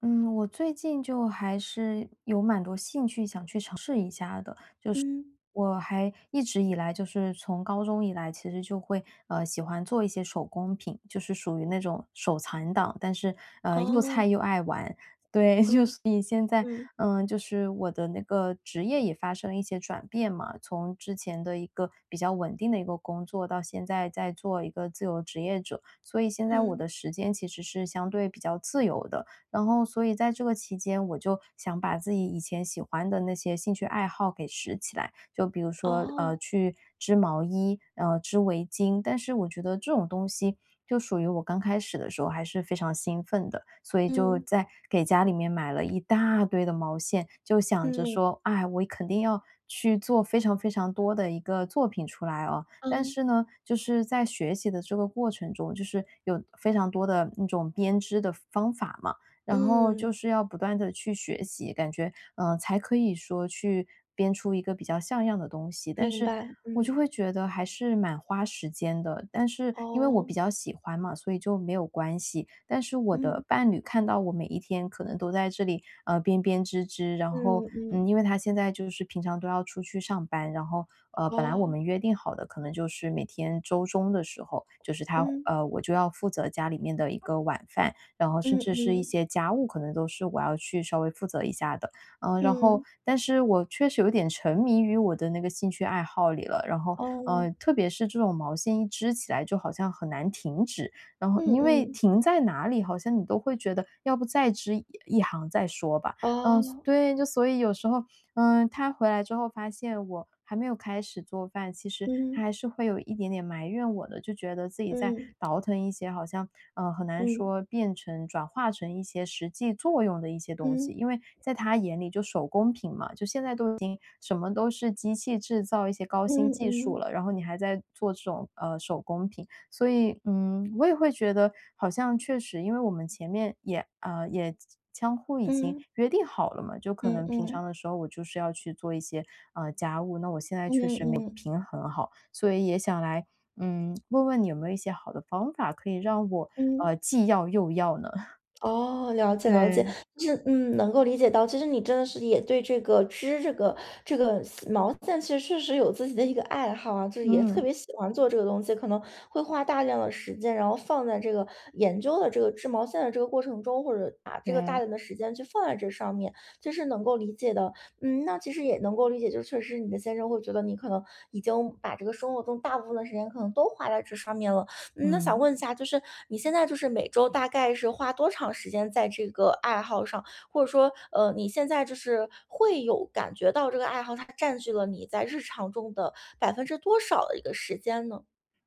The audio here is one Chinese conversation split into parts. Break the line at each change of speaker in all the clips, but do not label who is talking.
嗯，我最近就还是有蛮多兴趣想去尝试一下的。
嗯，
我还一直以来就是从高中以来，其实就会喜欢做一些手工品，就是属于那种手残党，但是又
哦，
菜又爱玩。对，就
嗯
是你现在，
嗯
嗯，就是我的那个职业也发生了一些转变嘛，从之前的一个比较稳定的一个工作，到现在在做一个自由职业者，所以现在我
嗯，
的时间其实是相对比较自由的，然后所以在这个期间，我就想把自己以前喜欢的那些兴趣爱好给拾起来，就比如说，
哦，
去织毛衣，织围巾，但是我觉得这种东西就属于我刚开始的时候还是非常兴奋的，所以就
嗯
在给家里面买了一大堆的毛线，就想
嗯，
着说，哎，我肯定要去做非常非常多的一个作品出来哦。但
嗯
是呢，就是在学习的这个过程中，就是有非常多的那种编织的方法嘛，然后
嗯，
就是要不断的去学习，感觉，才可以说去编出一个比较像样的东西。但
明
是
白，
我就
嗯，
会觉得还是蛮花时间的，但是因为我
哦，
比较喜欢嘛，所以就没有关系。但是我
嗯
的伴侣看到我每一天可能都在这里，编编织织，然
嗯
后，
嗯，
因为他现在就是平常都要出去上班，然后，本来我
哦，
们约定好的可能就是每天周中的时候，就是他，
嗯
我就要负责家里面的一个晚饭，然后甚
嗯
至是一
嗯
些家务可能都是我要去稍微负责一下的。嗯，然后
嗯，
但是我确实有点沉迷于我的那个兴趣爱好里了，然后，
哦，
特别是这种毛线一织起来就好像很难停止，然后
嗯
因为
嗯，
停在哪里，好像你都会觉得要不再织一行再说吧。嗯，
哦，
对，就所以有时候他回来之后发现我还没有开始做饭，其实
嗯
他还是会有一点点埋怨我的，就觉得自己在
嗯
倒腾一些好像很难
嗯
说变成转化成一些实际作用的一些东西，
嗯
因为在他眼里就手工品嘛，就现在都已经什么都是机器制造一些高新
嗯
技术
嗯
了，然后你还在做这种手工品。所以，嗯，我也会觉得好像确实，因为我们前面也相互已经
嗯
约定好了嘛，就可能平
嗯
常的时候我就是要去做一些家务，那我现在
嗯
确实没有
嗯嗯
平衡好，所以也想来问问你有没有一些好的方法可以让我
嗯。
既要又要呢？
哦，了解了解，
对，
就是能够理解到，其实你真的是也对这个织这个丝毛线，其实确实有自己的一个爱好啊，就是也特
嗯，
别喜欢做这个东西，可能会花大量的时间，然后放在这个研究的这个织毛线的这个过程中，或者把这个大
对，
量的时间去放在这上面，这是能够理解的。嗯，那其实也能够理解，就确实你的先生会觉得你可能已经把这个生活中大部分的时间可能都花在这上面了。嗯，那想
嗯。
问一下，就是你现在就是每周大概是花多长时间在这个爱好上？或者说，你现在就是会有感觉到这个爱好它占据了你在日常中的百分之多少的一个时间呢？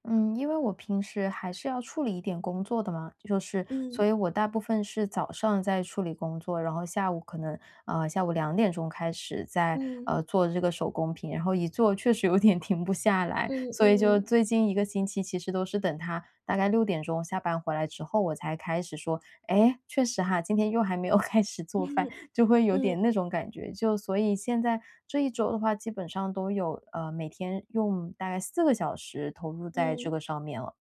嗯，因为我平时还是要处理一点工作的嘛，就是
嗯
所以我大部分是早上在处理工作，然后下午可能下午2点钟开始在
嗯
做这个手工品，然后一做确实有点停不下来，
嗯嗯
所以就
嗯
最近一个星期其实都是等他大概六点钟下班回来之后，我才开始说，哎，确实哈，今天又还没有开始做饭，
嗯
就会有
嗯
点那种感觉。就所以现在这一周的话，基本上都有，每天用大概4个小时投入在这
嗯。
个上面了，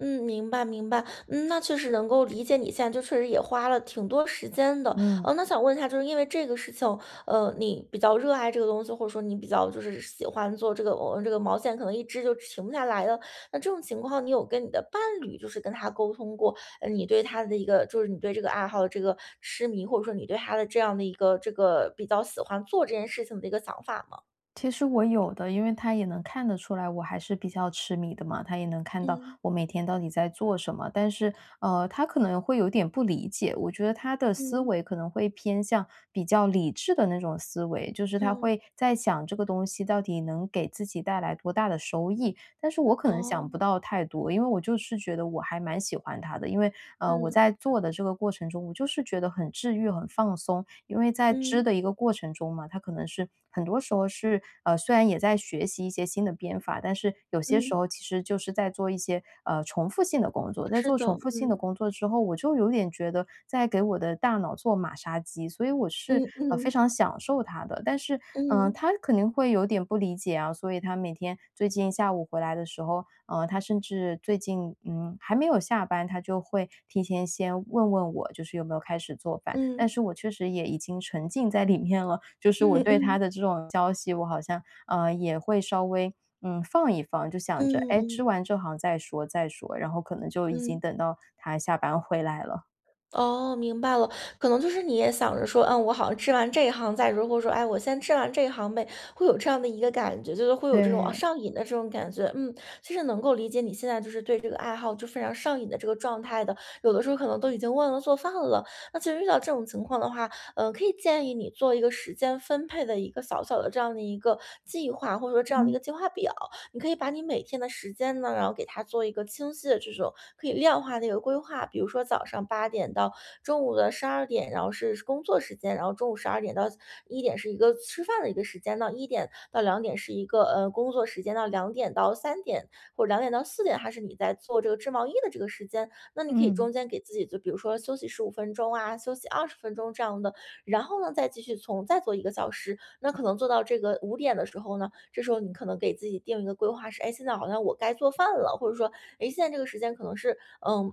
嗯，明白明白。嗯，那确实能够理解你现在就确实也花了挺多时间的。
嗯。
那想问一下，就是因为这个事情，你比较热爱这个东西，或者说你比较就是喜欢做这个这个毛线，可能一织就停不下来了。那这种情况，你有跟你的伴侣就是跟他沟通过，你对他的一个就是你对这个爱好的这个痴迷，或者说你对他的这样的一个这个比较喜欢做这件事情的一个想法吗？
其实我有的，因为他也能看得出来我还是比较痴迷的嘛，他也能看到
嗯
我每天到底在做什么。但是，他可能会有点不理解，我觉得他的思
嗯
维可能会偏向比较理智的那种思维，就是他
嗯，
会在想这个东西到底能给自己带来多大的收益。但是我可能想
哦，
不到太多，因为我就是觉得我还蛮喜欢他的，因为我
嗯
在做的这个过程中，我就是觉得很治愈、很放松，因为在织
嗯
的一个过程中嘛，它可能是很多时候是虽然也在学习一些新的编法，但是有些时
嗯，
候其实就是在做一些重复性的工作。在
是
做
的，
重复性的
嗯。
工作之后，我就有点觉得在给我的大脑做马杀鸡，所以我是
嗯
非
嗯
常享受它的。但是，
嗯
他肯定会有点不理解啊，所以他每天最近下午回来的时候，他甚至最近，还没有下班，他就会提前先问问我，就是有没有开始做饭，
嗯
但是我确实也已经沉浸在里面了，就是我对
嗯
他的这种消息，我好像，也会稍微。嗯，放一放，就
嗯
想着，哎，
嗯
吃
嗯
完这行再说，然后可能就已经
嗯，
等到他下班回来了。
哦，明白了。可能就是你也想着说，嗯，我好像吃完这一行再说，或者说，哎，我先吃完这一行呗，会有这样的一个感觉，就是会有这种啊
对，
上瘾的这种感觉。嗯，其实能够理解你现在就是对这个爱好就非常上瘾的这个状态的，有的时候可能都已经忘了做饭了。那其实遇到这种情况的话，可以建议你做一个时间分配的一个小小的这样的一个计划，或者说这样的一个
嗯
计划表。你可以把你每天的时间呢，然后给它做一个清晰的这种可以量化的一个规划。比如说早上八点到中午的十二点，然后是工作时间，然后中午十二点到一点是一个吃饭的一个时间，到一点到两点是一个工作时间，到两点到三点或者两点到四点还是你在做这个织毛衣的这个时间。那你可以
嗯，
中间给自己就比如说休息十五分钟啊，休息二十分钟这样的，然后呢再继续从再做一个小时，那可能做到这个五点的时候呢，这时候你可能给自己定一个规划是，哎，现在好像我该做饭了，或者说，哎，现在这个时间可能是，嗯，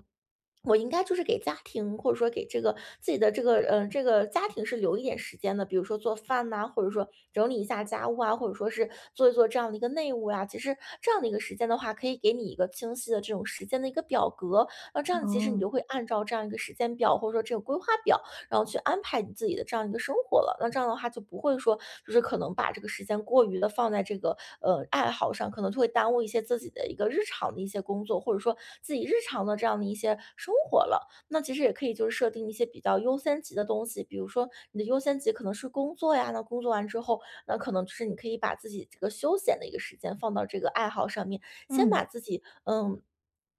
我应该就是给家庭，或者说给这个自己的这个，嗯，这个家庭是留一点时间的，比如说做饭呐，或者说整理一下家务啊，或者说是做一做这样的一个内务呀。其实这样的一个时间的话，可以给你一个清晰的这种时间的一个表格，那这样其实你
哦，
就会按照这样一个时间表，或者说这个规划表然后去安排你自己的这样一个生活了。那这样的话就不会说，就是可能把这个时间过于的放在这个爱好上，可能就会耽误一些自己的一个日常的一些工作，或者说自己日常的这样的一些生活了。那其实也可以就是设定一些比较优先级的东西，比如说你的优先级可能是工作呀，那工作完之后，那可能就是你可以把自己这个休闲的一个时间放到这个爱好上面，先把
嗯。
自己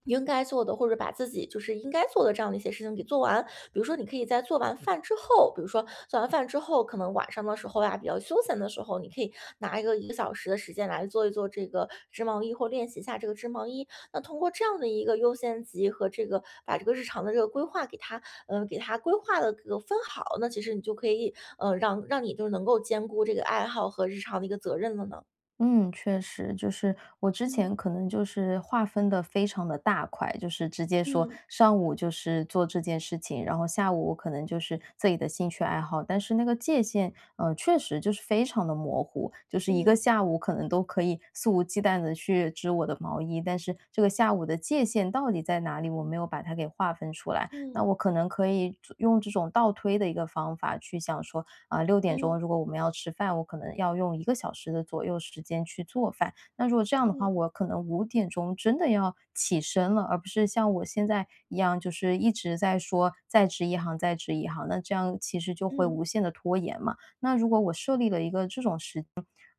应该做的，或者把自己就是应该做的这样的一些事情给做完。比如说，你可以在做完饭之后，比如说做完饭之后，可能晚上的时候呀，比较休闲的时候，你可以拿一个一个小时的时间来做一做这个织毛衣，或练习一下这个织毛衣。那通过这样的一个优先级和这个把这个日常的这个规划给它，嗯，给它规划的这个分好，那其实你就可以，嗯,让你就是能够兼顾这个爱好和日常的一个责任了呢。
嗯，确实，就是我之
嗯
前可能就是划分的非常的大块，就是直接说
嗯
上午就是做这件事情，然后下午我可能就是自己的兴趣爱好，但是那个界限，确实就是非常的模糊，就是一个
嗯
下午可能都可以肆无忌惮的去织我的毛衣，但是这个下午的界限到底在哪里，我没有把它给划分出来。那
嗯。
我可能可以用这种倒推的一个方法去想说，啊，六点
嗯
钟如果我们要吃饭，我可能要用一个小时的左右时间去做饭。那如果这样的话，
嗯
我可能5点钟真的要起身了，而不是像我现在一样，就是一直在说在职一行，在职一行，那这样其实就会
嗯
无限的拖延嘛。那如果我设立了一个这种时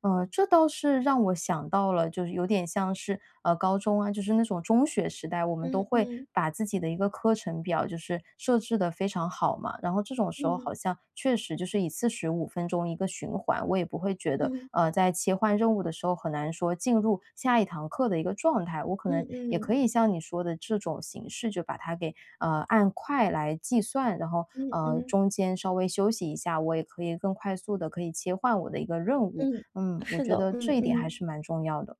呃，这倒是让我想到了，就是有点像是高中啊，就是那种中学时代，我们
嗯
都会
嗯
把自己的一个课程表就是设置的非常好嘛。然后这种时候
嗯
好像确实就是以45分钟一个循环，我也不会觉得
嗯
在切换任务的时候很难说进入下一堂课的一个状态。我可
嗯
能也可
嗯
以像你说的这种形式，就把它给按块来计算，然后
嗯嗯，
中间稍微休息一下，我也可以更快速的可以切换我的一个任务。
嗯
嗯，我
是
觉
的，
得
嗯
这一点还
嗯。
是蛮重要的，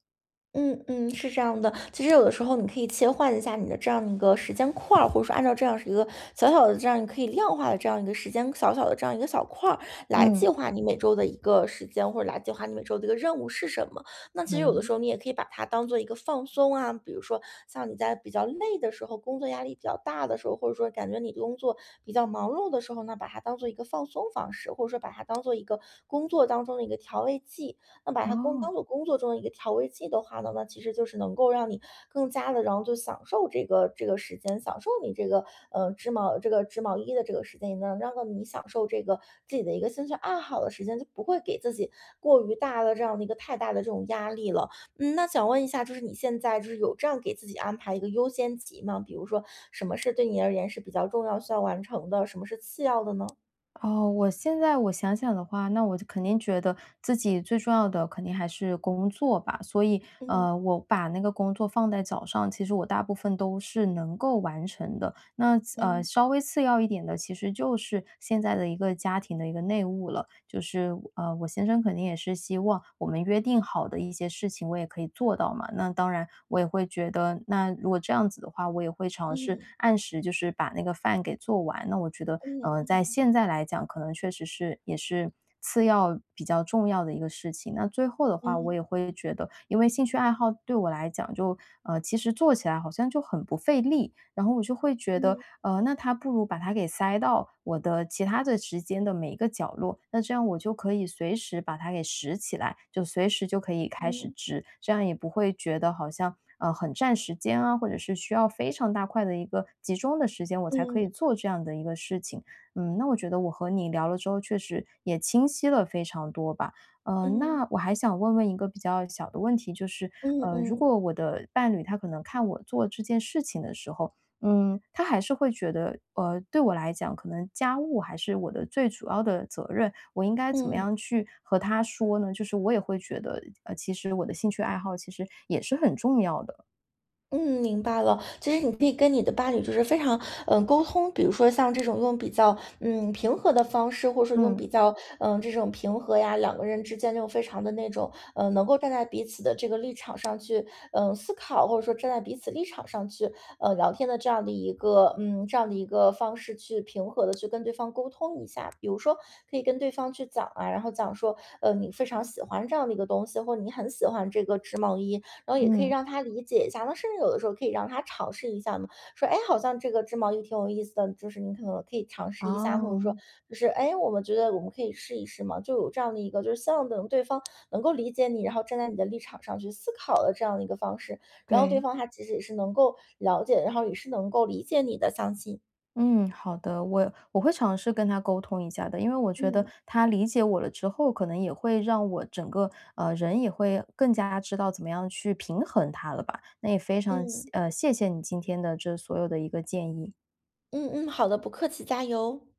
嗯嗯，是这样的。其实有的时候你可以切换一下你的这样一个时间块儿，或者说按照这样一个小小的这样你可以量化的这样一个时间，小小的这样一个小块儿来计
嗯。
划你每周的一个时间，或者来计划你每周的一个任务是什么。那其实
可
有的
以。
时候你也可以把它当做一个放松啊，比如说像你在比较累的时候，工作压力比较大的时候，或者说感觉你工作比较忙碌的时候呢，把它当做一个放松方式，或者说把它当做一个工作当中的一个调味剂。那把它工当
哦，
做工作中的一个调味剂的话呢，那其实就是能够让你更加的，然后就享受这个这个时间，享受你这个，织毛这个织毛衣的这个时间，也能让到你享受这个自己的一个兴趣爱好的时间，就不会给自己过于大的这样的一个太大的这种压力了。嗯，那想问一下，就是你现在就是有这样给自己安排一个优先级吗？比如说什么是对你而言是比较重要需要完成的，什么是次要的呢？
哦，我现在我想想的话，那我就肯定觉得自己最重要的肯定还是工作吧，所以，
嗯
我把那个工作放在早上，其实我大部分都是能够完成的。那
嗯
稍微次要一点的，其实就是现在的一个家庭的一个内务了。就是我先生肯定也是希望我们约定好的一些事情，我也可以做到嘛。那当然，我也会觉得，那如果这样子的话，我也会尝试
嗯
按时就是把那个饭给做完。那我觉得，
嗯嗯
在
嗯
现在来讲，可能确实是也是。次要比较重要的一个事情。那最后的话，我
嗯
也会觉得，因为兴趣爱好对我来讲就，其实做起来好像就很不费力。然后我就会觉得，
嗯
那它不如把它给塞到我的其他的时间的每一个角落，那这样我就可以随时把它给拾起来，就随时就可以开始
嗯。
织，这样也不会觉得好像，很占时间啊，或者是需要非常大块的一个集中的时间，我才可以
嗯
做这样的一个事情。嗯，那我觉得我和你聊了之后，确实也清晰了非常多吧。
嗯
那我还想问问一个比较小的问题，就是，
嗯
如
嗯
果我的伴侣他可能看我做这件事情的时候，嗯，他还是会觉得，对我来讲，可能家务还是我的最主要的责任，我应该怎么
嗯。
样去和他说呢？就是我也会觉得，其实我的兴趣爱好其实也是很重要的。
嗯，明白了。其实你可以跟你的伴侣就是非常沟通，比如说像这种用比较平和的方式，或者说用
嗯，
比较这种平和呀，两个人之间就非常的那种能够站在彼此的这个立场上去思考，或者说站在彼此立场上去聊天的这样的一个这样的一个方式去平和的去跟对方沟通一下。比如说可以跟对方去讲啊，然后讲说你非常喜欢这样的一个东西，或者你很喜欢这个织毛衣，然后也可以
嗯，
让他理解一下，那甚至有的时候可以让他尝试一下嘛，说，哎，好像这个织毛衣挺有意思的，就是你可能可以尝试一下，或者说
哦，
就是，哎，我们觉得我们可以试一试嘛，就有这样的一个，就是希望等对方能够理解你，然后站在你的立场上去思考的这样的一个方式，然后对
对，
方他其实也是能够了解，然后也是能够理解你的，相信，
嗯，好的，我会尝试跟他沟通一下的，因为我觉得
嗯
他理解我了之后，可能也会让我整个人也会更加知道怎么样去平衡他了吧。那也非常
嗯
谢谢你今天的这所有的一个建议。
嗯嗯，好的，不客气，加油。